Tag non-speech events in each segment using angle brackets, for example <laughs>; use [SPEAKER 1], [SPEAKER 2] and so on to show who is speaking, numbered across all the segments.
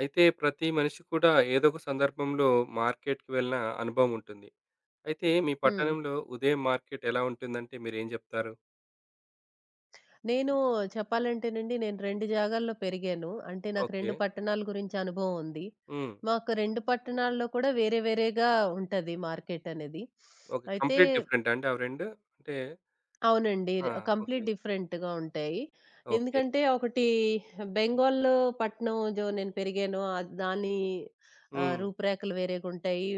[SPEAKER 1] అయితే ప్రతి మనిషి కూడా ఏదో ఒక సందర్భంలో మార్కెట్‌కి వెళ్ళిన అనుభవం ఉంటుంది. అయితే మీ
[SPEAKER 2] హ్మ్.
[SPEAKER 1] పట్టణంలో ఉదయం మార్కెట్ ఎలా ఉంటుందంటే మీరేం జెప్తారు?
[SPEAKER 2] నేను చెప్పాలంటేనండి, నేను 2 జాగాల్లో పెరిగాను. అంటే నాకు
[SPEAKER 1] ఓకే.
[SPEAKER 2] 2 పట్టణాల గురించి అనుభవం ఉంది.
[SPEAKER 1] హ్మ్.
[SPEAKER 2] మాకు 2 పట్టణాల్లో కూడా వేరే వేరేగా ఉంటది మార్కెట్ అనేది.
[SPEAKER 1] ఓకే.
[SPEAKER 2] అయితే
[SPEAKER 1] కంప్లీట్ డిఫరెంటా అండి అవి 2? అంటే
[SPEAKER 2] అవునండి,
[SPEAKER 1] ఆ! ఓకే.
[SPEAKER 2] కంప్లీట్ డిఫరెంట్‌గా ఉంటాయి.
[SPEAKER 1] ఓకే.
[SPEAKER 2] ఎందుకంటే ఒకటి బెంగాల్ పట్నం జో నేను పెరిగాను. దాని
[SPEAKER 1] హ్మ్.
[SPEAKER 2] రూపురేఖలు వేరేగుంటాయి.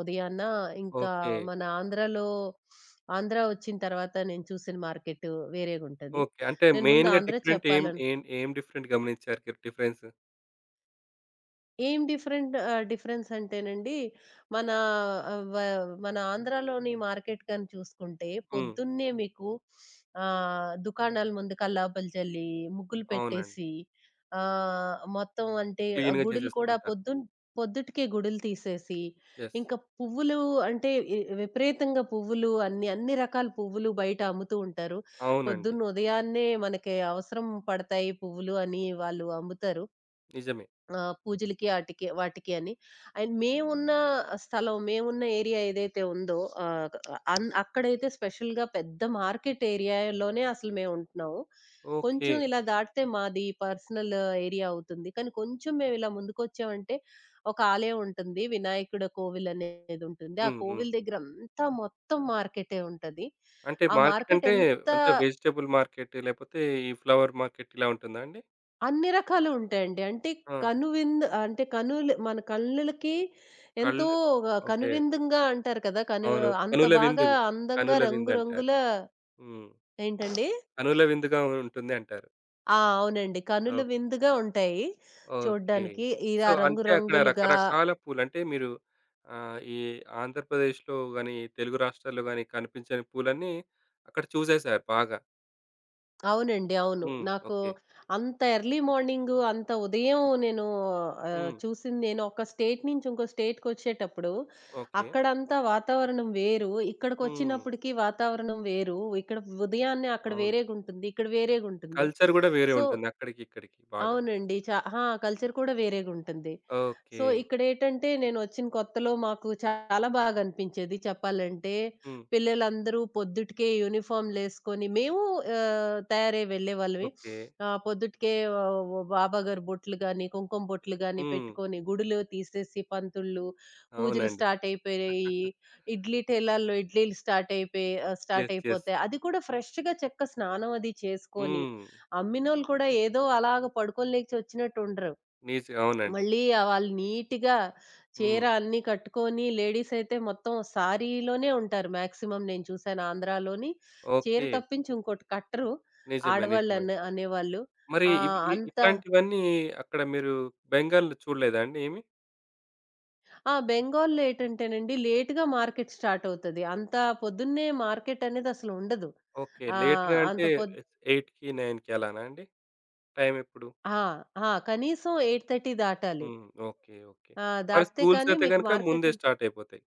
[SPEAKER 2] ఉదయాన ఇంకా
[SPEAKER 1] ఓకే.
[SPEAKER 2] మన ఆంధ్రాలో, ఆంధ్ర వచ్చిన తర్వాత నేను చూసిన మార్కెట్ వేరేగుంటది.
[SPEAKER 1] ఓకే. అంటే
[SPEAKER 2] నేను ముందు
[SPEAKER 1] మెయిన్‌గా
[SPEAKER 2] ఆంధ్ర
[SPEAKER 1] డిఫరెంట్ ఏం
[SPEAKER 2] చెప్పాలను.
[SPEAKER 1] ఏం ఏం డిఫరెంట్ గమనించారు మీరు డిఫరెన్స్?
[SPEAKER 2] ఏం డిఫరెంట్ డిఫరెన్స్ అంటేనండి, మన ఆహ్, వ మన ఆంధ్రాలోని మార్కెట్ గాని చూసుకుంటే,
[SPEAKER 1] హ్మ్.
[SPEAKER 2] పొద్దున్నే మీకు దుకాణాల ముందు కల్లాపులు చల్లి, ముగ్గులు
[SPEAKER 1] అవునండి.
[SPEAKER 2] పెట్టేసి, మొత్తం అంటే
[SPEAKER 1] క్లీన్‌గా
[SPEAKER 2] గుడులు కూడా
[SPEAKER 1] చేసేసుకుంటారు.
[SPEAKER 2] పొద్దుటికే గుడులు తీసేసి,
[SPEAKER 1] యెస్.
[SPEAKER 2] ఇంకా పువ్వులు అంటే విపరీతంగా పువ్వులు, అన్ని, అన్ని రకాల పువ్వులు బయట అమ్ముతూ ఉంటారు.
[SPEAKER 1] అవునండి.
[SPEAKER 2] పొద్దున్న ఉదయాన్నే మనకి అవసరం పడతాయి పువ్వులు అని వాళ్ళు అమ్ముతారు.
[SPEAKER 1] నిజమే.
[SPEAKER 2] ఆ! పూజలకి ఆటికి, వాటికి అని. అండ్ మేమున్న స్థలం, మేమున్న ఏరియా ఏదైతే ఉందో ఆహ్, అన్ అక్కడైతే స్పెషల్‌గా పెద్ద మార్కెట్ ఏరియాలోనే అసలు మేముంటున్నాము.
[SPEAKER 1] ఓకే.
[SPEAKER 2] కొంచెం ఇలా దాటితే మాది పర్సనల్ ఏరియా అవుతుంది. కానీ కొంచెం మేమిలా ముందుకొచ్చామంటే ఒక ఆలయం ఉంటుంది. వినాయకుడి కోవిలనేదుంటుంది. ఆ
[SPEAKER 1] హ్మ్. హ్మ్.
[SPEAKER 2] కోవిల దగ్గరంతా మొత్తం మార్కెటే ఉంటది.
[SPEAKER 1] అంటే
[SPEAKER 2] ఆ
[SPEAKER 1] మార్కెట్
[SPEAKER 2] మార్కెట్
[SPEAKER 1] అంటే,
[SPEAKER 2] ఎంత.
[SPEAKER 1] అంటే వెజిటబుల్ మార్కెట్ లేకపోతే ఈ ఫ్లవర్ మార్కెట్ ఇలా ఉంటుందా అండి?
[SPEAKER 2] అన్ని రకాలు ఉంటాయండి. అంటే
[SPEAKER 1] ఆ!
[SPEAKER 2] కనువిందు అంటే కనులు మన కళ్ళులకి ఎంతో
[SPEAKER 1] కళ్ళు. ఓకే.
[SPEAKER 2] కనువిందుగా అంటారు కదా!
[SPEAKER 1] అవును.
[SPEAKER 2] అంత
[SPEAKER 1] కనుల విందు.
[SPEAKER 2] బాగా అందంగా
[SPEAKER 1] కనుల విందంటారు.
[SPEAKER 2] రంగురంగుల
[SPEAKER 1] హ్మ్.
[SPEAKER 2] ఏంటండి?
[SPEAKER 1] కనుల విందుగా ఉంటుంది అంటారు.
[SPEAKER 2] ఆ! అవునండి,
[SPEAKER 1] ఓ
[SPEAKER 2] కనుల విందుగా ఉంటాయి
[SPEAKER 1] ఓకే.
[SPEAKER 2] చూడ్డానికి.
[SPEAKER 1] సో,
[SPEAKER 2] ఇలా
[SPEAKER 1] అంటే అక్కడ
[SPEAKER 2] రంగురంగులుగా
[SPEAKER 1] రకరకాల పూలు అంటే మీరు ఆహ్, ఈ ఆంధ్రప్రదేశ్‌లో గాని, తెలుగు రాష్ట్రాల్లో గాని కనిపించని పూలన్నీ అక్కడ చూసేసారు బాగా.
[SPEAKER 2] అవునండి, అవును.
[SPEAKER 1] హ్మ్.
[SPEAKER 2] నాకు
[SPEAKER 1] ఓకే.
[SPEAKER 2] అంత ఎర్లీ మార్నింగు, అంత ఉదయం నేను
[SPEAKER 1] హ్మ్.
[SPEAKER 2] చూసింది, నేను ఒక స్టేట్ నుంచి ఇంకో స్టేట్‌కొచ్చేటప్పుడు,
[SPEAKER 1] ఓకే.
[SPEAKER 2] అక్కడంతా వాతావరణం వేరు.
[SPEAKER 1] హ్మ్.
[SPEAKER 2] ఇక్కడికొచ్చినప్పటికి వాతావరణం వేరు. ఇక్కడ ఉదయాన్నే అక్కడ
[SPEAKER 1] అవును.
[SPEAKER 2] వేరేగుంటుంది. ఇక్కడ వేరేగుంటుంది.
[SPEAKER 1] కల్చర్ గూడా వేరే
[SPEAKER 2] సో
[SPEAKER 1] ఉంటుంది అక్కడికి, ఇక్కడికి బాగా.
[SPEAKER 2] అవునండి, చా ఆ! కల్చర్ కూడా వేరేగుంటుంది.
[SPEAKER 1] ఓకే.
[SPEAKER 2] సో, ఇక్కడేటంటే నేనొచ్చిన కొత్తలో మాకు చాలా బాగనిపించేది చెప్పాలంటే.
[SPEAKER 1] హ్మ్.
[SPEAKER 2] పిల్లలందరూ పొద్దుటికే యూనిఫార్మ్‌లేసుకొని మేము తయారై వెళ్ళేవాళ్ళమే.
[SPEAKER 1] ఓకే.
[SPEAKER 2] పొద్దుటికే ఆహ్, బాబా గారు బొట్లు గాని, కుంకుమ బొట్లు గాని
[SPEAKER 1] హ్మ్.
[SPEAKER 2] పెట్టుకొని గుడిలో తీసేసి పంతుళ్ళు, పూజలు
[SPEAKER 1] అవునండి.
[SPEAKER 2] స్టార్టయిపోయాయి. ఇడ్లీ ఠేలాల్లో ఇడ్లీలు
[SPEAKER 1] యెస్. యెస్.
[SPEAKER 2] స్టార్టయిపోతాయి. అది కూడా ఫ్రెష్‌గా స్నానం అది చేసుకొని,
[SPEAKER 1] హ్మ్.
[SPEAKER 2] అమ్మినోళ్ళు కూడా ఏదో అలాగ పడుకొని లేచి వచ్చినట్టుండరు.
[SPEAKER 1] నిజ అవునండి.
[SPEAKER 2] మళ్ళీ వాళ్ళు నీట్‌గా చీర
[SPEAKER 1] హ్మ్.
[SPEAKER 2] అన్నీ కట్టుకొని, లేడీస్ అయితే మొత్తం సారీలోనే ఉంటారు మాక్సిమమ్ నేను చూసాను ఆంధ్రాలోని. చీర
[SPEAKER 1] ఓకే.
[SPEAKER 2] తప్పించి ఇంకోటి కట్టరు.
[SPEAKER 1] నిజమే. నిజమే.
[SPEAKER 2] ఆడవాళ్ళనే అనేవాళ్ళు.
[SPEAKER 1] మరి ఇవి
[SPEAKER 2] ఆహ్,
[SPEAKER 1] ఇ
[SPEAKER 2] అంత
[SPEAKER 1] ఇట్లాంటివన్నీ అక్కడ మీరు బెంగాల్‌లో చూడలేదా అండి ఏమి?
[SPEAKER 2] ఆ! బెంగాల్‌లో ఏటంటేనండి, లేట్‌గా మార్కెట్ స్టార్ట్ అవుతది. అంత పొద్దున్నే మార్కెట్ అనేది అసలు ఉండదు.
[SPEAKER 1] ఓకే. లేట్‌గా
[SPEAKER 2] ఆహ్,
[SPEAKER 1] అంటే
[SPEAKER 2] అంత పొద్
[SPEAKER 1] 8:00కి, 9:00కి అలానా అండి? టైమ్ ఎప్పుడు?
[SPEAKER 2] ఆ! ఆ! కనీసం 8:30 దాటాలి.
[SPEAKER 1] హ్మ్. ఓకే. ఓకే.
[SPEAKER 2] ఆ!
[SPEAKER 1] మరి
[SPEAKER 2] దాటితే
[SPEAKER 1] స్కూల్స్
[SPEAKER 2] కానీ
[SPEAKER 1] అయితే
[SPEAKER 2] మీకు
[SPEAKER 1] గనుక
[SPEAKER 2] మార్కెట్
[SPEAKER 1] ముందే స్టార్ట్ అయిపోతాయి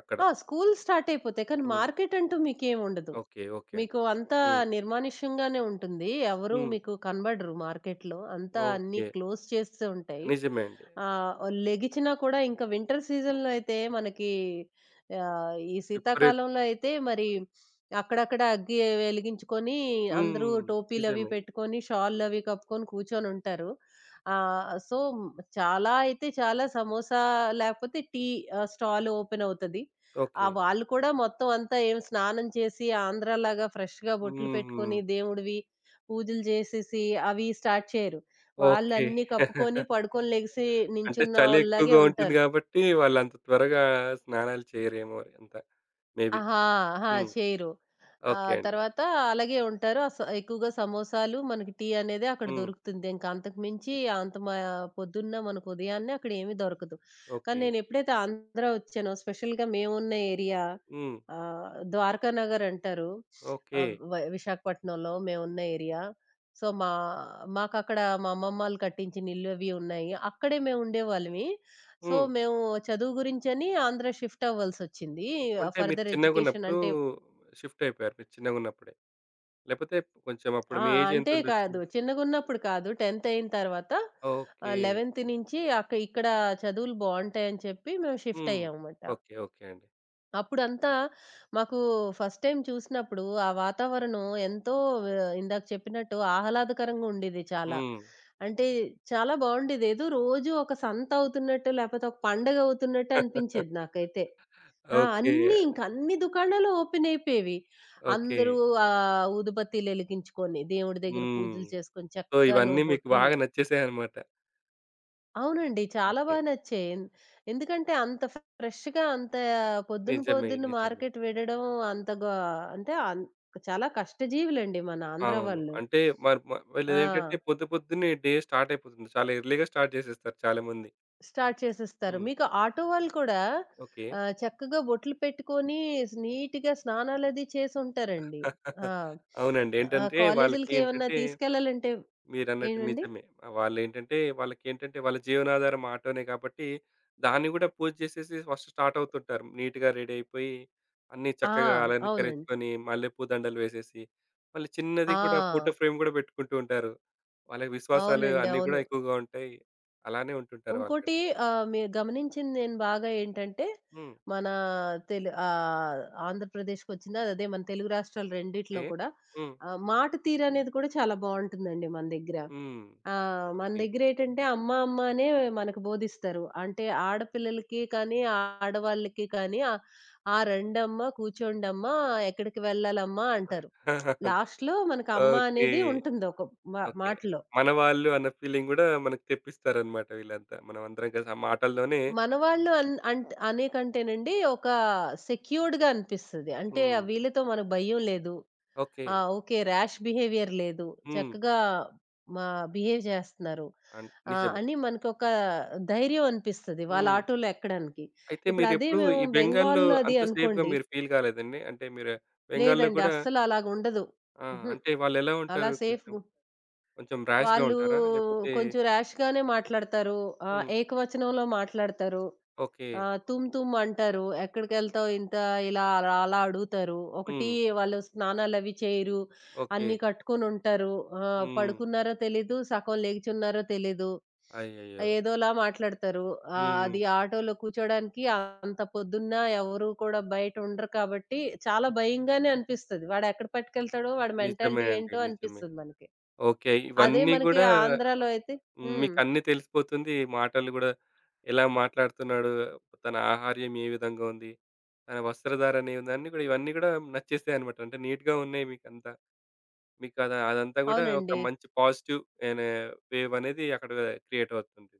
[SPEAKER 1] అక్కడ.
[SPEAKER 2] ఆ! స్కూల్ స్టార్ట్ అయిపోతాయి. కానీ
[SPEAKER 1] హ్మ్.
[SPEAKER 2] మార్కెట్ అంటూ మీకేం ఉండదు.
[SPEAKER 1] ఓకే. ఓకే అండి.
[SPEAKER 2] మీకు అంతా
[SPEAKER 1] హ్మ్.
[SPEAKER 2] నిర్మానుష్యంగానే ఉంటుంది. ఎవరు
[SPEAKER 1] హ్మ్.
[SPEAKER 2] మీకు కనబడరు మార్కెట్‌లో. అంతా అన్నీ
[SPEAKER 1] ఓకే.
[SPEAKER 2] క్లోజ్ చేస్తూ ఉంటాయి.
[SPEAKER 1] నిజమే అండి.
[SPEAKER 2] ఆహ్, లెగిచినా కూడా ఇంకా వింటర్ సీజన్‌లో అయితే మనకి ఈ
[SPEAKER 1] విపరీత్.
[SPEAKER 2] శీతాకాలంలో అయితే మరి అక్కడక్కడ అగ్గి వెలిగించుకొని, అందరూ
[SPEAKER 1] హ్మ్.
[SPEAKER 2] టోపీలవి
[SPEAKER 1] నిజమే.
[SPEAKER 2] పెట్టుకొని, షాల్‌లవి కప్పుకొని కూర్చొనుంటారు. సో, చాలా అయితే చాలా సమోసా లేకపోతే టీ స్టాల్ ఓపెన్ అవుతది. ఆ!
[SPEAKER 1] ఓకే.
[SPEAKER 2] వాళ్ళు కూడా మొత్తం అంతా ఏం స్నానం చేసి ఆంధ్రాలాగా ఫ్రెష్‌గా బొట్లు
[SPEAKER 1] హుహు.
[SPEAKER 2] పెట్టుకొని దేవుడివి పూజలు చేసేసి అవి స్టార్ట్ చేయరు.
[SPEAKER 1] ఓకే.
[SPEAKER 2] వాళ్ళన్నీ కప్పుకొని
[SPEAKER 1] <laughs>
[SPEAKER 2] పడుకొని లెగిసి
[SPEAKER 1] అంటే చలి
[SPEAKER 2] నించున్నోళ్ళలాగే
[SPEAKER 1] ఎక్కువగా ఉంటుంది
[SPEAKER 2] ఉంటారు.
[SPEAKER 1] గాబట్టి, వాళ్ళంత త్వరగా స్నానాలు చేయరేమో మరి అంత. మేబీ.
[SPEAKER 2] ఆహా! ఆహా!
[SPEAKER 1] హ్మ్.
[SPEAKER 2] చేయరు.
[SPEAKER 1] ఓకే అండి.
[SPEAKER 2] తర్వాత అలాగే ఉంటారు. ఎక్కువగా సమోసాలు, మనకి టీ అనేదే అక్కడ
[SPEAKER 1] హ్మ్.
[SPEAKER 2] దొరుకుతుంది. ఇంక అంతకు మించి అంత మా పొద్దున్న మనకు ఉదయాన్నే అక్కడ ఏమీ దొరకదు. కానీ
[SPEAKER 1] ఓకే.
[SPEAKER 2] నేనెప్పుడైతే ఆంధ్ర వచ్చానో, స్పెషల్‌గా మేమున్న ఏరియా
[SPEAKER 1] హ్మ్.
[SPEAKER 2] ద్వారకా నగర్ అంటారు.
[SPEAKER 1] ఓకే.
[SPEAKER 2] ఆహ్, వ విశాఖపట్నంలో మేమున్న ఏరియా. సో, మా మాకక్కడ మా అమ్మమ్మాళ్ళు కట్టించిన ఇల్లు అవి ఉన్నాయి. అక్కడే మేము ఉండేవాళ్ళమి. సో,
[SPEAKER 1] హ్మ్.
[SPEAKER 2] మేము చదువు గురించని ఆంధ్ర షిఫ్ట్ అవ్వాల్సొచ్చింది.
[SPEAKER 1] అంటే మీరు
[SPEAKER 2] ఫర్దర్ ఎడ్యుకేషన్
[SPEAKER 1] చిన్నగున్నప్పుడు
[SPEAKER 2] అంటే
[SPEAKER 1] షిఫ్ట్ అయిపోయారు. మీరు చిన్నగున్నప్పుడే. లేపోతే కొంచెం అప్పుడు
[SPEAKER 2] ఆ!
[SPEAKER 1] మీ ఏజ్
[SPEAKER 2] అంటే
[SPEAKER 1] ఎంతుండొచ్చు?
[SPEAKER 2] కాదు, చిన్నగున్నప్పుడు కాదు. 10థ్ అయిన తర్వాత,
[SPEAKER 1] ఓకే.
[SPEAKER 2] 11థ్ నుంచి ఇక్కడ చదువులు బావుంటాయని చెప్పి మేము షిఫ్ట్
[SPEAKER 1] హ్మ్.
[SPEAKER 2] అయ్యామమాట.
[SPEAKER 1] ఓకే. ఓకే అండి.
[SPEAKER 2] అప్పుడంతా మాకు ఫస్ట్ టైమ్ చూసినప్పుడు ఆ వాతావరణం ఎంతో వ ఇందాక చెప్పినట్టు ఆహ్లాదకరంగా ఉండేది చాలా.
[SPEAKER 1] హ్మ్.
[SPEAKER 2] అంటే చాలా బావుండేది. ఏదో రోజు ఒక సంత అవుతున్నట్టు లేపోతే ఒక పండగ అవుతున్నట్టు అనిపించేది
[SPEAKER 1] <laughs>
[SPEAKER 2] నాకైతే. ఆ!
[SPEAKER 1] ఓకే.
[SPEAKER 2] అన్నీ ఇంక అన్ని దుకాణాలు ఓపెన్ అయిపోయేవి.
[SPEAKER 1] ఓకే.
[SPEAKER 2] అందరూ ఊదుబత్తీలెలిగించుకొని, దేవుడి దగ్గర
[SPEAKER 1] హ్మ్.
[SPEAKER 2] పూజలు చేసుకొని,
[SPEAKER 1] సో,
[SPEAKER 2] చక్కగాను
[SPEAKER 1] ఇవన్నీ మీకు
[SPEAKER 2] బొట్లు.
[SPEAKER 1] బాగా నచ్చేసాయన్నమాట.
[SPEAKER 2] అవునండి, చాలా బా
[SPEAKER 1] ఓకే.
[SPEAKER 2] నచ్చాయి. ఎందుకంటే అంత ఫ్రెష్‌గా అంత
[SPEAKER 1] నిజమే.
[SPEAKER 2] పొద్దున్న
[SPEAKER 1] నిజమే.
[SPEAKER 2] మార్కెట్ వెళ్ళడం అంత గా అంటే అన్ చాలా కష్టజీవులండి మన ఆంధ్ర
[SPEAKER 1] అవును.
[SPEAKER 2] వాళ్ళు.
[SPEAKER 1] అంటే మరి మ వీళ్ళదేంటంటే
[SPEAKER 2] ఆ!
[SPEAKER 1] పొద్దు పొద్దున్నే డే స్టార్ట్ అయిపోతుంది. చాలా ఎర్లీ‌గా స్టార్ట్ చేసేస్తారు చాలామంది.
[SPEAKER 2] స్టార్ట్ చేసేస్తారు.
[SPEAKER 1] హ్మ్.
[SPEAKER 2] మీకు ఆటో వాళ్ళు కూడా
[SPEAKER 1] ఓకే.
[SPEAKER 2] చక్కగా బొట్లు పెట్టుకొని నీట్‌గా స్నానాలది చేసుంటారండి. ఆ!
[SPEAKER 1] <laughs> అవునండి.
[SPEAKER 2] ఆ!
[SPEAKER 1] ఏంటంటే
[SPEAKER 2] కాలేజీలకేమన్నా
[SPEAKER 1] వాళ్ళకేంటంటే
[SPEAKER 2] తీసుకెళ్ళాలంటే
[SPEAKER 1] మీరన్నట్టు
[SPEAKER 2] ఏవండి?
[SPEAKER 1] నిజమే. వాళ్ళేంటంటే వాళ్ళకేంటంటే వాళ్ళ జీవనాధారం ఆటోనే కాబట్టి దాన్ని గూడా పూజ చేసేసి ఫస్ట్ స్టార్ట్ అవుతుంటారు. నీట్‌గా రెడీ అయిపోయి అన్నీ
[SPEAKER 2] ఆ!
[SPEAKER 1] చక్కగా
[SPEAKER 2] అవునండి.
[SPEAKER 1] అలంకరించుకొని మల్లెపూ దండలు వేసేసి మళ్ళీ చిన్నది
[SPEAKER 2] ఆ!
[SPEAKER 1] కూడా ఫోటో ఫ్రేమ్ గూడా పెట్టుకుంటూ ఉంటారు. వాళ్ళకి విశ్వాసాలు
[SPEAKER 2] అవునండి,
[SPEAKER 1] అన్నీ గూడా
[SPEAKER 2] అవును.
[SPEAKER 1] ఎక్కువగా ఉంటాయి. అలానే ఉంటుంటారు వాళ్ళు గూడా.
[SPEAKER 2] ఇంకోటి మీరు గమనించింది నేను బాగా ఏంటంటే,
[SPEAKER 1] హ్మ్.
[SPEAKER 2] మన తెలు ఆహ్, ఆంధ్రప్రదేశ్‌కొచ్చిందా అదే మన తెలుగు రాష్ట్రాలు రెండిట్లో
[SPEAKER 1] ఓకే.
[SPEAKER 2] కూడా
[SPEAKER 1] హ్మ్.
[SPEAKER 2] మాట తీరనేది కూడా చాలా బావుంటుందండి మన దగ్గర.
[SPEAKER 1] హ్మ్.
[SPEAKER 2] ఆ! మన
[SPEAKER 1] ఓకే.
[SPEAKER 2] దగ్గరేటంటే అమ్మ అనే మనకు బోధిస్తారు. అంటే ఆడపిల్లలకి కానీ, ఆడవాళ్ళకి కానీ "ఆ రండమ్మ, కూర్చోండమ్మా, ఎక్కడికి వెళ్ళాలమ్మా" అంటారు.
[SPEAKER 1] <laughs>
[SPEAKER 2] లాస్ట్‌లో మనకు అమ్మ
[SPEAKER 1] ఓకే.
[SPEAKER 2] అనేది ఉంటుంది ఒక
[SPEAKER 1] ఓకే.
[SPEAKER 2] మాటలో.
[SPEAKER 1] మనవాళ్ళు అన్న ఫీలింగ్ గూడా మనకు తెప్పిస్తారన్నమాట వీళ్ళంతా. మనమందరం కలిసి ఆ మాటల్లోనే.
[SPEAKER 2] మనవాళ్ళు అన్ అంట్ అనే కంటేనండి, ఒక సెక్యూర్డ్‌గా అనిపిస్తది. అంటే ఆ
[SPEAKER 1] హ్మ్.
[SPEAKER 2] వీళ్ళతో మనకు భయం లేదు.
[SPEAKER 1] ఓకే.
[SPEAKER 2] ఓకే. ర్యాష్ బిహేవియర్ లేదు.
[SPEAKER 1] హ్మ్.
[SPEAKER 2] చక్కగా మా బిహేవ్ చేస్తున్నారు
[SPEAKER 1] అన్ నిజమే.
[SPEAKER 2] అని మనకొక ధైర్యం అనిపిస్తది వాళ్ళ
[SPEAKER 1] హ్మ్.
[SPEAKER 2] ఆటోలో ఎక్కడానికి.
[SPEAKER 1] అయితే
[SPEAKER 2] ఇప్పుడు అదే
[SPEAKER 1] మీరెప్పుడు
[SPEAKER 2] మేము
[SPEAKER 1] ఈ బెంగాల్‌లో
[SPEAKER 2] బెంగాల్ అది
[SPEAKER 1] అంత సేఫ్‌గా
[SPEAKER 2] అనుకోండి.
[SPEAKER 1] మీరు ఫీల్ కాలేదండి? అంటే మీరు బెంగాల్‌లో
[SPEAKER 2] లేదండి,
[SPEAKER 1] గూడా.
[SPEAKER 2] అస్సలు అలాగుండదు.
[SPEAKER 1] ఆ!
[SPEAKER 2] హుహు.
[SPEAKER 1] అంటే వాళ్ళెలా
[SPEAKER 2] అలా
[SPEAKER 1] ఉంటారు?
[SPEAKER 2] సేఫ్
[SPEAKER 1] కొంచెం కొంచెం ర్యాష్‌గా
[SPEAKER 2] వాళ్ళు
[SPEAKER 1] ఉంటారా? లేపోతే.
[SPEAKER 2] కొంచెం ర్యాష్‌గానే మాట్లాడతారు.
[SPEAKER 1] హ్మ్.
[SPEAKER 2] ఏకవచనంలో మాట్లాడతారు.
[SPEAKER 1] ఓకే.
[SPEAKER 2] ఆ! తుమ్ తుమ్ అంటారు. ఎక్కడికెళ్తావు ఇంత ఇలా అలా అలా అడుగుతారు. ఒకటి
[SPEAKER 1] హ్మ్.
[SPEAKER 2] వాళ్ళు స్నానాలవి చేయరు,
[SPEAKER 1] ఓకే.
[SPEAKER 2] అన్నీ కట్టుకొనుంటారు. ఆ!
[SPEAKER 1] హ్మ్.
[SPEAKER 2] పడుకున్నారో తెలీదు, సగం లెగిచున్నారో తెలీదు.
[SPEAKER 1] అయ్యయ్యో!
[SPEAKER 2] ఏదోలా మాట్లాడతారు.
[SPEAKER 1] హ్మ్.
[SPEAKER 2] అది ఆటోలో కూర్చోడానికి, అంత పొద్దున్న ఎవరు కూడా బయటుండరు కాబట్టి చాలా భయంగానే అనిపిస్తది. వాడెక్కడ పట్టుకెళ్తాడో, వాడి
[SPEAKER 1] నిజమే
[SPEAKER 2] మెంటాలిటీ
[SPEAKER 1] అండి.
[SPEAKER 2] ఏంటో
[SPEAKER 1] నిజమే.
[SPEAKER 2] అనిపిస్తది మనకి.
[SPEAKER 1] ఓకే.
[SPEAKER 2] అదే
[SPEAKER 1] ఇవన్నీ
[SPEAKER 2] మనకి
[SPEAKER 1] గూడా.
[SPEAKER 2] ఆంధ్రాలో అయితే
[SPEAKER 1] హ్మ్.
[SPEAKER 2] హ్మ్.
[SPEAKER 1] మీకన్నీ తెలిసిపోతుంది. మాటలు గూడా ఎలా మాట్లాడుతున్నాడు, తన ఆహార్యం ఏ విధంగా ఉంది, తన వస్త్రధారణ ఏ ఉంది అన్నీ గూడా ఇవన్నీ గూడా నచ్చేసాయన్నమాట. అంటే నీట్‌గా ఉన్నాయి మీకంతా. మీకు అద అదంతా గూడా ఒక
[SPEAKER 2] అవునండి.
[SPEAKER 1] మంచి పాజిటివ్ అనే వేవ్ అనేది అక్కడ క్రియేట్ అవుతుంది.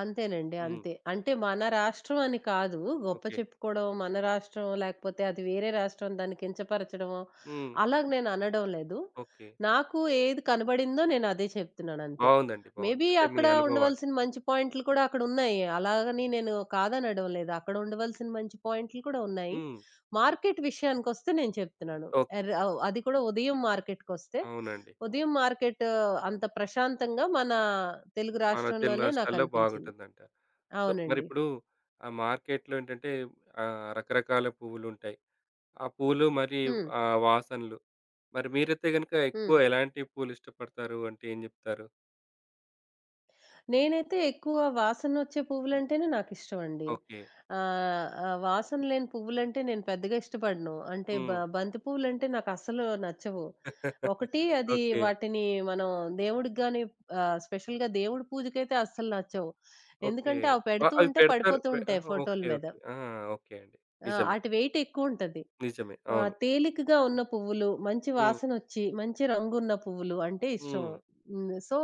[SPEAKER 2] అంతేనండి,
[SPEAKER 1] హ్మ్.
[SPEAKER 2] అంతే. అంటే మన రాష్ట్రం అని కాదు, గొప్ప
[SPEAKER 1] ఓకే.
[SPEAKER 2] చెప్పుకోవడం, మన రాష్ట్రం లేకపోతే అది వేరే రాష్ట్రం దాన్ని కించపరచడమో
[SPEAKER 1] హ్మ్.
[SPEAKER 2] అలాగ నేను అనడం లేదు.
[SPEAKER 1] ఓకే.
[SPEAKER 2] నాకు ఏది కనబడిందో నేను అదే చెప్తున్నాను అంతే.
[SPEAKER 1] బావుందండి. బావుంది.
[SPEAKER 2] మేబీ
[SPEAKER 1] అంటే మీ
[SPEAKER 2] అక్కడ
[SPEAKER 1] అనుభవాలు.
[SPEAKER 2] ఉండవలసిన మంచి పాయింట్లు కూడా అక్కడున్నాయి, అలాగని నేను కాదనడం లేదు. అక్కడ ఉండవలసిన మంచి పాయింట్లు కూడా ఉన్నాయి.
[SPEAKER 1] హ్మ్.
[SPEAKER 2] మార్కెట్ విషయానికొస్తే నేను చెప్తున్నాను.
[SPEAKER 1] ఓకే.
[SPEAKER 2] అది కూడా ఉదయం మార్కెట్‌కొస్తే,
[SPEAKER 1] అవునండి.
[SPEAKER 2] ఉదయం మార్కెట్ అంత ప్రశాంతంగా మన తెలుగు
[SPEAKER 1] మన తెలుగు
[SPEAKER 2] రాష్ట్రంలోనే
[SPEAKER 1] రాష్ట్రాల్లో
[SPEAKER 2] నాకనిపించింది.
[SPEAKER 1] బాగుంటుందంట. సో,
[SPEAKER 2] అవునండి.
[SPEAKER 1] మరిప్పుడు ఆ మార్కెట్‌లో ఏంటంటే ఆహ్, రకరకాల పువ్వులుంటాయి. ఆ పూలు, మరి
[SPEAKER 2] హ్మ్.
[SPEAKER 1] ఆ వాసనలు. మరి మీరైతే గనుక ఎక్కువ
[SPEAKER 2] హ్మ్.
[SPEAKER 1] ఎలాంటి పూలు ఇష్టపడతారు అంటే ఏం జెప్తారు?
[SPEAKER 2] నేనైతే ఎక్కువ వాసనొచ్చే పువ్వులంటేనే నాకిష్టమండి.
[SPEAKER 1] ఓకే. <laughs>
[SPEAKER 2] ఆహ్, ఆహ్, వాసన లేని పువ్వులంటే నేను పెద్దగా ఇష్టపడను. అంటే
[SPEAKER 1] హ్మ్.
[SPEAKER 2] బంతి పువ్వులంటే నాకస్సలు నచ్చవు. ఒకటి అది
[SPEAKER 1] ఓకే.
[SPEAKER 2] వాటిని మనం దేవుడికి గాని స్పెషల్‌గా దేవుడి పూజకైతే అస్సలు నచ్చవు.
[SPEAKER 1] ఓకే.
[SPEAKER 2] ఎందుకంటే అవి
[SPEAKER 1] ఆ!
[SPEAKER 2] పెడుతూ
[SPEAKER 1] అవి
[SPEAKER 2] ఉంటే
[SPEAKER 1] పెడతారు.
[SPEAKER 2] పడిపోతూ
[SPEAKER 1] పె
[SPEAKER 2] ఉంటాయి
[SPEAKER 1] ఆహా!
[SPEAKER 2] ఫోటోల
[SPEAKER 1] ఓకే.
[SPEAKER 2] మీద.
[SPEAKER 1] ఓకే. ఆ! ఓకే అండి.
[SPEAKER 2] ఆ!
[SPEAKER 1] నిజమే.
[SPEAKER 2] ఆటి వెయిట్ ఎక్కువుంటది.
[SPEAKER 1] నిజమే.
[SPEAKER 2] ఆ!
[SPEAKER 1] అవును.
[SPEAKER 2] తేలికగా ఉన్న పువ్వులు, మంచి
[SPEAKER 1] హ్మ్.
[SPEAKER 2] వాసనొచ్చి, మంచి రంగున్న పువ్వులు అంటే ఇష్టం.
[SPEAKER 1] హ్మ్.
[SPEAKER 2] హ్మ్. సో,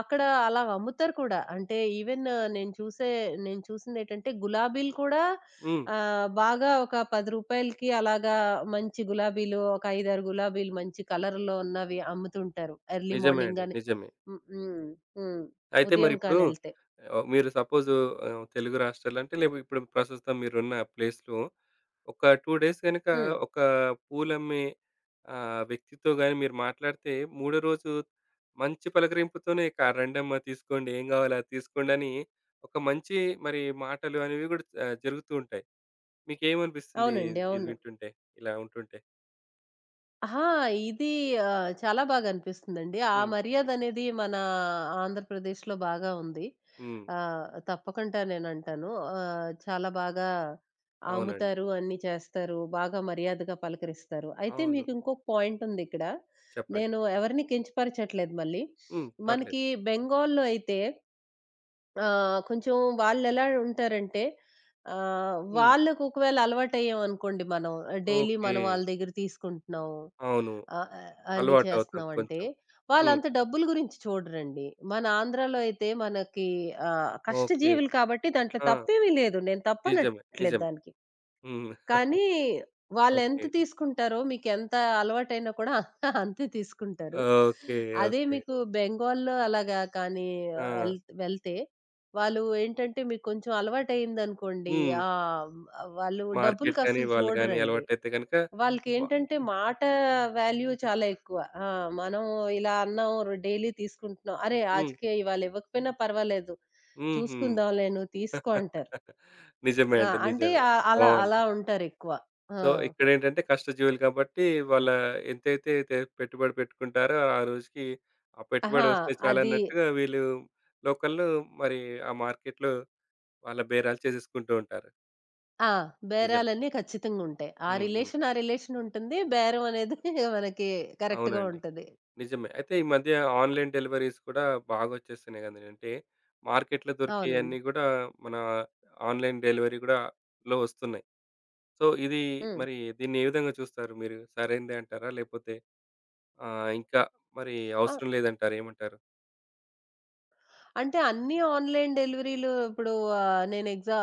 [SPEAKER 2] అక్కడ అలా అమ్ముతారు కూడా. అంటే ఈవెన్ నేను చూసే నేను చూసిందేంటంటే, గులాబీలు కూడా
[SPEAKER 1] హ్మ్.
[SPEAKER 2] బాగా ఒక రూ. 10కి అలాగా మంచి గులాబీలు ఒక 5, 6 గులాబీలు మంచి కలర్‌లో ఉన్నవి అమ్ముతుంటారు ఎర్లీ
[SPEAKER 1] నిజమే
[SPEAKER 2] మార్నింగ్
[SPEAKER 1] అండి.
[SPEAKER 2] గాని.
[SPEAKER 1] నిజమే.
[SPEAKER 2] హ్మ్. హ్మ్. హ్మ్.
[SPEAKER 1] అయితే
[SPEAKER 2] ఉదయం
[SPEAKER 1] మరిప్పుడు
[SPEAKER 2] కానీ ఎళ్తే.
[SPEAKER 1] ఆహ్, మీరు సపోజు ఆహ్, తెలుగు రాష్ట్రాలంటే లేపు ఇప్పుడు ప్రస్తుతం మీరున్న ప్లేస్‌లో ఒక 2 డేస్ గనక
[SPEAKER 2] హ్మ్.
[SPEAKER 1] ఒక పూలమ్మే ఆహ్, వ్యక్తితో గాని మీరు మాట్లాడితే మూడో రోజు మంచి పలకరింపుతోనే "క రండమ్మా తీసుకోండి. ఏం కావాలో అది తీసుకోండి" అని ఒక మంచి మరి మాటలు అనేవి కూడా ఆహ్, జరుగుతూ ఉంటాయి. మీకేమనిపిస్తుంది
[SPEAKER 2] అవునండి,
[SPEAKER 1] ఇది ఇది
[SPEAKER 2] అవును.
[SPEAKER 1] వింటుంటే? ఇలా ఉంటుంటే?
[SPEAKER 2] అహా! ఇది చాలా బాగా అనిపిస్తుందండి. ఆ
[SPEAKER 1] హ్మ్.
[SPEAKER 2] మర్యాదనేది మన ఆంధ్రప్రదేశ్‌లో బాగా ఉంది.
[SPEAKER 1] హ్మ్.
[SPEAKER 2] తప్పకుండా నేనంటాను. చాలా బాగా
[SPEAKER 1] అవునండి.
[SPEAKER 2] అమ్ముతారు, అన్నీ చేస్తారు. బాగా మర్యాదగా పలకరిస్తారు. అయితే
[SPEAKER 1] అవును.
[SPEAKER 2] మీకు ఇంకొక పాయింటుందిక్కడ.
[SPEAKER 1] చెప్పండి.
[SPEAKER 2] నేను ఎవరిని కించపరచట్లేదు మళ్ళీ.
[SPEAKER 1] హ్మ్. పర్లేదు.
[SPEAKER 2] మనకి బెంగాల్‌లో అయితే ఆ! కొంచెం వాళ్ళెలా ఉంటారంటే,
[SPEAKER 1] హ్మ్.
[SPEAKER 2] వాళ్ళకు ఒకవేళ అలవాటయ్యామనుకోండి మనం, డైలీ
[SPEAKER 1] ఓకే.
[SPEAKER 2] మనం వాళ్ళ దగ్గర తీసుకుంటున్నాం.
[SPEAKER 1] అవును.
[SPEAKER 2] ఆహ్, ఆహ్, అన్నీ
[SPEAKER 1] అలవాటవుతాం
[SPEAKER 2] చేస్తున్నామంటే,
[SPEAKER 1] కొంచెం. హ్మ్.
[SPEAKER 2] వాళ్ళంత డబ్బుల గురించి చూడరండి. మన ఆంధ్రాలో అయితే మనకి
[SPEAKER 1] ఓకే.
[SPEAKER 2] కష్టజీవులు కాబట్టి దాంట్లో
[SPEAKER 1] ఆ!
[SPEAKER 2] తప్పేమీ లేదు, నేను
[SPEAKER 1] నిజమే.
[SPEAKER 2] తప్పనట్లేదు
[SPEAKER 1] నిజమే.
[SPEAKER 2] దానికి.
[SPEAKER 1] హ్మ్.
[SPEAKER 2] కానీ
[SPEAKER 1] <laughs>
[SPEAKER 2] వాళ్ళెంత
[SPEAKER 1] ఓకే.
[SPEAKER 2] తీసుకుంటారో, మీకెంత అలవాటైనా కూడా <laughs> అంతే తీసుకుంటారు.
[SPEAKER 1] ఓకే.
[SPEAKER 2] అదే
[SPEAKER 1] ఓకే.
[SPEAKER 2] మీకు బెంగాల్లో అలాగా కానీ
[SPEAKER 1] ఆ!
[SPEAKER 2] ఎల్ వెళ్తే వాళ్ళు ఏంటంటే, మీకు కొంచెం అలవాటయిందనుకోండి
[SPEAKER 1] హ్మ్.
[SPEAKER 2] ఆహ్, వాళ్ళు
[SPEAKER 1] మార్కెట్ గాని,
[SPEAKER 2] డబ్బులకసలు
[SPEAKER 1] వాళ్ళు గాని
[SPEAKER 2] చూడరండి.
[SPEAKER 1] అలవాటైతే గనక వ.
[SPEAKER 2] వాళ్ళకేంటంటే మాట వాల్యూ చాలా ఎక్కువ. ఆ! మనం ఇలా అన్నాం, డైలీ తీసుకుంటున్నాం. అరే!
[SPEAKER 1] హ్మ్.
[SPEAKER 2] ఆజ్‌కే ఇవాళ ఇవ్వకపోయినా పర్వాలేదు,
[SPEAKER 1] హుహు.
[SPEAKER 2] చూసుకుందాంలే నువ్వు తీసుకో అంటారు.
[SPEAKER 1] <laughs> నిజమే
[SPEAKER 2] ఆ!
[SPEAKER 1] అండి.
[SPEAKER 2] అంటే
[SPEAKER 1] నిజమే.
[SPEAKER 2] అలా అలా
[SPEAKER 1] బావుంది.
[SPEAKER 2] ఉంటారెక్కువ. ఆ!
[SPEAKER 1] సో, ఇక్కడేంటంటే కష్టజీవులు కాబట్టి వాళ్ళ ఎంతైతే తె పెట్టుబడి పెట్టుకుంటారో ఆ రోజుకి ఆ పెట్టుబడి
[SPEAKER 2] అహా!
[SPEAKER 1] వస్తే
[SPEAKER 2] అది
[SPEAKER 1] చాలన్నట్టుగా వీళ్ళు లోకల్‌లో మరి ఆ మార్కెట్‌లో వాళ్ళ బేరాలు చేసేసుకుంటూ ఉంటారు.
[SPEAKER 2] ఆ!
[SPEAKER 1] నిజమే.
[SPEAKER 2] బేరాలన్నీ ఖచ్చితంగుంటాయి. ఆ
[SPEAKER 1] హ్మ్. హ్మ్.
[SPEAKER 2] రిలేషన్, ఆ రిలేషనుంటుంది. బేరం అనేది <laughs> మనకి కరెక్ట్‌గా
[SPEAKER 1] అవునండి.
[SPEAKER 2] ఉంటది.
[SPEAKER 1] నిజమే. అయితే ఈ మధ్య ఆన్‌లైన్ డెలివరీస్ కూడా బాగొచ్చేస్తున్నాయి గదండీ. అంటే మార్కెట్‌లో దొరికేయన్నీ
[SPEAKER 2] అవునండి.
[SPEAKER 1] గూడా మన ఆన్‌లైన్ డెలివరీ గూడా లో వస్తున్నాయి. సో, ఇది
[SPEAKER 2] హ్మ్.
[SPEAKER 1] మరి దీన్ని ఏ విధంగా చూస్తారు మీరు? సరైందే అంటారా? లేపోతే ఆహ్, ఇంకా మరి
[SPEAKER 2] ఆ!
[SPEAKER 1] అవసరం లేదంటారా? ఏమంటారు?
[SPEAKER 2] అంటే అన్నీ ఆన్‌లైన్ డెలివరీలు ఇప్పుడు ఆహ్, నేను ఎగ్జా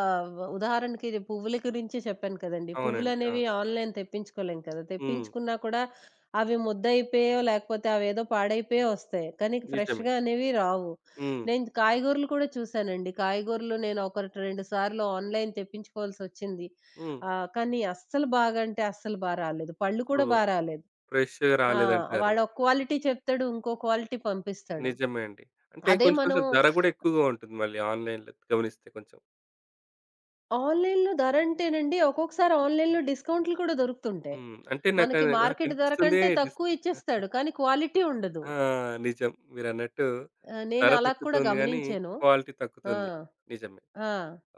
[SPEAKER 2] ఉదాహరణకి ఇది పువ్వుల గురించి చెప్పాను కదండీ!
[SPEAKER 1] అవునండి. ఆ!
[SPEAKER 2] పువ్వులనేవి ఆన్‌లైన్ తెప్పించుకోలేం కదా!
[SPEAKER 1] హ్మ్.
[SPEAKER 2] తెప్పించుకున్నా కూడా అవి ముద్దయిపోయో, లేకపోతే అవేదో పాడైపోయో వస్తాయి. కానీ
[SPEAKER 1] నిజమే.
[SPEAKER 2] ఫ్రెష్‌గా అనేవి రావు.
[SPEAKER 1] హ్మ్.
[SPEAKER 2] నేను కాయగూరలు కూడా చూసానండి. కాయగూరలు నేను ఒకటి 2 సార్లు ఆన్‌లైన్ తెప్పించుకోవాల్సొచ్చింది.
[SPEAKER 1] హ్మ్.
[SPEAKER 2] కానీ అస్సలు బాగా అంటే అస్సలు బా రాలేదు. పళ్ళు
[SPEAKER 1] సో,
[SPEAKER 2] కూడా బా రాలేదు.
[SPEAKER 1] ఫ్రెష్‌గా
[SPEAKER 2] ఆ!
[SPEAKER 1] రాలేదంటారు.
[SPEAKER 2] వాడొక క్వాలిటీ చెప్తాడు, ఇంకో క్వాలిటీ పంపిస్తాడు.
[SPEAKER 1] నిజమే అండి. అంటే
[SPEAKER 2] అదే
[SPEAKER 1] కొంచెం
[SPEAKER 2] మనం
[SPEAKER 1] కొంచెం ధర గూడా ఎక్కువగా ఉంటుంది మళ్ళీ ఆన్‌లైన్‌లో గమనిస్తే కొంచెం.
[SPEAKER 2] ఆన్‌లైన్‌లో ధరంటేనండి, ఒక్కొక్కసారి ఆన్‌లైన్‌లో డిస్కౌంట్‌లు కూడా దొరుకుతుంటాయి.
[SPEAKER 1] హ్మ్. అంటే నాకు
[SPEAKER 2] మనకి
[SPEAKER 1] అది
[SPEAKER 2] మార్కెట్ ధర
[SPEAKER 1] నాకనిపిస్తుంది
[SPEAKER 2] కంటే
[SPEAKER 1] డిస్.
[SPEAKER 2] తక్కువ ఇచ్చేస్తాడు, కానీ క్వాలిటీ ఉండదు.
[SPEAKER 1] ఆ! నిజం. మీరన్నట్టు
[SPEAKER 2] నేను
[SPEAKER 1] ధర
[SPEAKER 2] అలా కూడా
[SPEAKER 1] తగ్గుతుంది గానీ,
[SPEAKER 2] గమనించాను.
[SPEAKER 1] క్వాలిటీ
[SPEAKER 2] ఆ!
[SPEAKER 1] తగ్గుతుంది. నిజమే.
[SPEAKER 2] ఆ!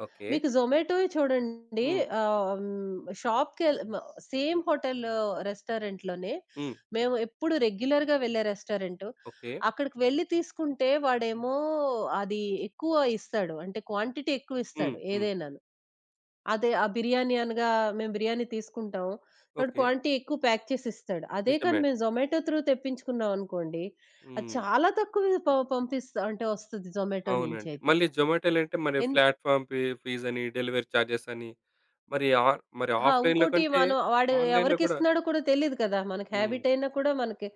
[SPEAKER 1] ఓకే.
[SPEAKER 2] మీకు జొమాటో‌యే చూడండి.
[SPEAKER 1] హ్మ్.
[SPEAKER 2] ఆహ్, హ్మ్, షాప్‌కెళ్ మ సేమ్ హోటల్ రెస్టారెంట్‌లోనే
[SPEAKER 1] హ్మ్.
[SPEAKER 2] మేము ఎప్పుడు రెగ్యులర్‌గా వెళ్ళే రెస్టారెంటు.
[SPEAKER 1] ఓకే.
[SPEAKER 2] అక్కడికి వెళ్లి తీసుకుంటే వాడేమో అది ఎక్కువ ఇస్తాడు. అంటే క్వాంటిటీ ఎక్కువ
[SPEAKER 1] హ్మ్.
[SPEAKER 2] ఇస్తాడు
[SPEAKER 1] హ్మ్.
[SPEAKER 2] ఏదైనాను. అదే ఆ బిర్యానీ అనగా మేము బిర్యానీ తీసుకుంటాం. వాడు
[SPEAKER 1] ఓకే.
[SPEAKER 2] క్వాంటిటీ ఎక్కువ ప్యాక్ చేసి ఇస్తాడు. అదే
[SPEAKER 1] నిజమే
[SPEAKER 2] కానీ
[SPEAKER 1] అండి.
[SPEAKER 2] మేము జొమాటో త్రూ తెప్పించుకున్నాం అనుకోండి, అది
[SPEAKER 1] హ్మ్.
[SPEAKER 2] చాలా తక్కువ పంపిస్తా అంటే వస్తది జొమాటో
[SPEAKER 1] అవునండి.
[SPEAKER 2] నుంచయితే.
[SPEAKER 1] మళ్ళీ జొమాటోలో అంటే మరి
[SPEAKER 2] ఎందు
[SPEAKER 1] ప్లాట్‌ఫార్మ్ ఫీ ఫీజని, డెలివరీ చార్జెస్ అని, మరి ఆ మరి
[SPEAKER 2] ఆ!
[SPEAKER 1] ఆఫ్‌లైన్‌లో
[SPEAKER 2] ఉంకోటి,
[SPEAKER 1] కంటే
[SPEAKER 2] మనం వాడు
[SPEAKER 1] ఆన్‌లైన్‌లో కూడా.
[SPEAKER 2] ఎవరికిస్తున్నాడో కూడా తెలీదు కదా! మనకి
[SPEAKER 1] హ్మ్.
[SPEAKER 2] హాబిట్ అయినా కూడా మనకి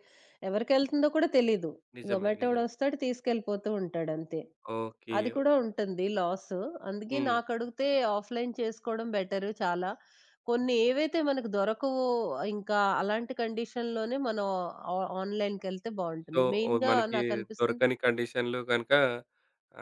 [SPEAKER 2] ఎవరికెళ్తుందో కూడా తెలీదు.
[SPEAKER 1] నిజమే. నిజమే.
[SPEAKER 2] జొమాటోడొస్తాడు తీసుకెళ్ళిపోతూ ఉంటాడంతే.
[SPEAKER 1] ఓకే.
[SPEAKER 2] అది కూడా ఉంటుంది లాసు. అందుకే
[SPEAKER 1] హ్మ్.
[SPEAKER 2] నాకడిగితే ఆఫ్‌లైన్ చేసుకోవడం బెటరు చాలా. కొన్ని ఏవైతే మనకు దొరకవో ఇంకా అలాంటి కండిషన్‌లోనే మనం ఆ ఆన్‌లైన్‌కెళ్తే
[SPEAKER 1] సో,
[SPEAKER 2] బావుంటుంది
[SPEAKER 1] ఓ
[SPEAKER 2] మెయిన్‌గా
[SPEAKER 1] మనకి
[SPEAKER 2] నాకనిపిస్తుంది.
[SPEAKER 1] దొరకని కండిషన్‌లో గనక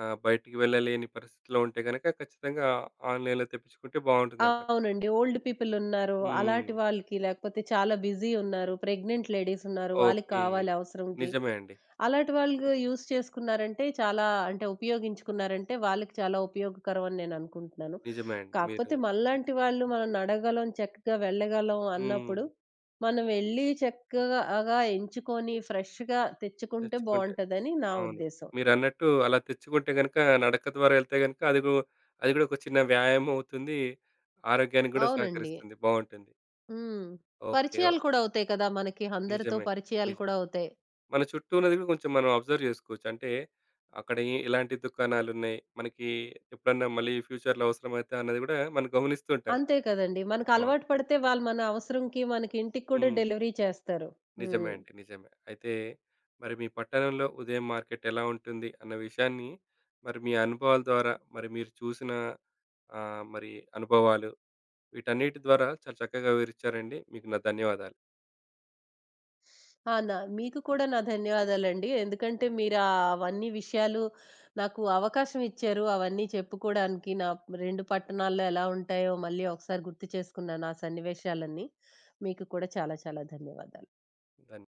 [SPEAKER 1] ఆహ్, బయటికి వెళ్ళలేని పరిస్థితిలో ఉంటే గనక ఖచ్చితంగా ఆన్‌లైన్‌లో తెప్పించుకుంటే బావుంటుందంటారు.
[SPEAKER 2] అవునండి. ఓల్డ్ పీపులున్నారు,
[SPEAKER 1] హ్మ్.
[SPEAKER 2] అలాంటి వాళ్ళకి. లేకపోతే చాలా బిజీ ఉన్నారు, ప్రెగ్నెంట్ లేడీసున్నారు. వాళ్ళకి
[SPEAKER 1] ఓకే.
[SPEAKER 2] కావాలి అవసరంకి.
[SPEAKER 1] నిజమే అండి.
[SPEAKER 2] అలాంటి వాళ్ళు యూజ్ చేసుకున్నారంటే చాలా అంటే ఉపయోగించుకున్నారంటే వాళ్ళకి చాలా ఉపయోగకరం అని నేననుకుంటున్నాను.
[SPEAKER 1] నిజమే అండి. మీరు.
[SPEAKER 2] కాకపోతే మనలాంటి వాళ్ళు, మనం నడగలం, చక్కగా వెళ్ళగలం
[SPEAKER 1] హ్మ్.
[SPEAKER 2] అన్నప్పుడు మనం వెళ్లి చక్కగా ఎంచుకొని ఫ్రెష్‌గా తెచ్చుకుంటే
[SPEAKER 1] తెచ్చుకుంటే
[SPEAKER 2] బావుంటదని నా
[SPEAKER 1] అవును.
[SPEAKER 2] ఉద్దేశం.
[SPEAKER 1] మీరన్నట్టు అలా తెచ్చుకుంటే గనక నడక ద్వారా వెళ్తే గనక అది గు అది గూడా ఒక చిన్న వ్యాయామం అవుతుంది. ఆరోగ్యానికి గూడా
[SPEAKER 2] అవునండి.
[SPEAKER 1] సహకరిస్తుంది. బావుంటుంది.
[SPEAKER 2] హ్మ్.
[SPEAKER 1] ఓకే. ఓహ్!
[SPEAKER 2] పరిచయాలు కూడా అవుతాయి కదా! మనకి అందరితో
[SPEAKER 1] నిజమే.
[SPEAKER 2] పరిచయాలు
[SPEAKER 1] నిజమే.
[SPEAKER 2] కూడా అవుతాయి.
[SPEAKER 1] మన చుట్టూ ఉన్నది కూడా కొంచెం మనం అబ్జర్వ్ చేసుకోవచ్చు. అంటే అక్కడ ఎ ఎలాంటి దుకాణాలున్నాయి? మనకి ఎప్పుడన్నా మళ్ళీ ఫ్యూచర్‌లో అవసరమైతా అన్నది కూడా మనం గమనిస్తూ ఉంటాం.
[SPEAKER 2] అంతే కదండీ.
[SPEAKER 1] బావుం.
[SPEAKER 2] మనకలవాటు పడితే వాళ్ళు మన అవసరంకి, మనకి ఇంటికి కూడా
[SPEAKER 1] హ్మ్.
[SPEAKER 2] డెలివరీ చేస్తారు.
[SPEAKER 1] నిజమే
[SPEAKER 2] హ్మ్.
[SPEAKER 1] అండి. నిజమే. అయితే మరి మీ పట్టణంలో ఉదయం మార్కెట్ ఎలా ఉంటుంది అన్న విషయాన్ని మరి మీ అనుభవాల ద్వారా మరి మీరు చూసిన ఆహ్, మరి అనుభవాలు వీటన్నిటి ద్వారా చాలా చక్కగా వివరిచ్చారండి. మీకు నా ధన్యవాదాలు.
[SPEAKER 2] ఆ! నా మీకు కూడా నా ధన్యవాదాలండి. ఎందుకంటే మీరు అవన్నీ విషయాలు నాకు అవకాశం ఇచ్చారు అవన్నీ చెప్పుకోడానికి. నా 2 పట్టణాల్లో ఎలా ఉంటాయో మళ్ళీ ఒకసారి గుర్తు చేసుకున్నాను ఆ సన్నివేశాలన్నీ. మీకు కూడా చాలా చాలా ధన్యవాదాలు.
[SPEAKER 1] ధన్య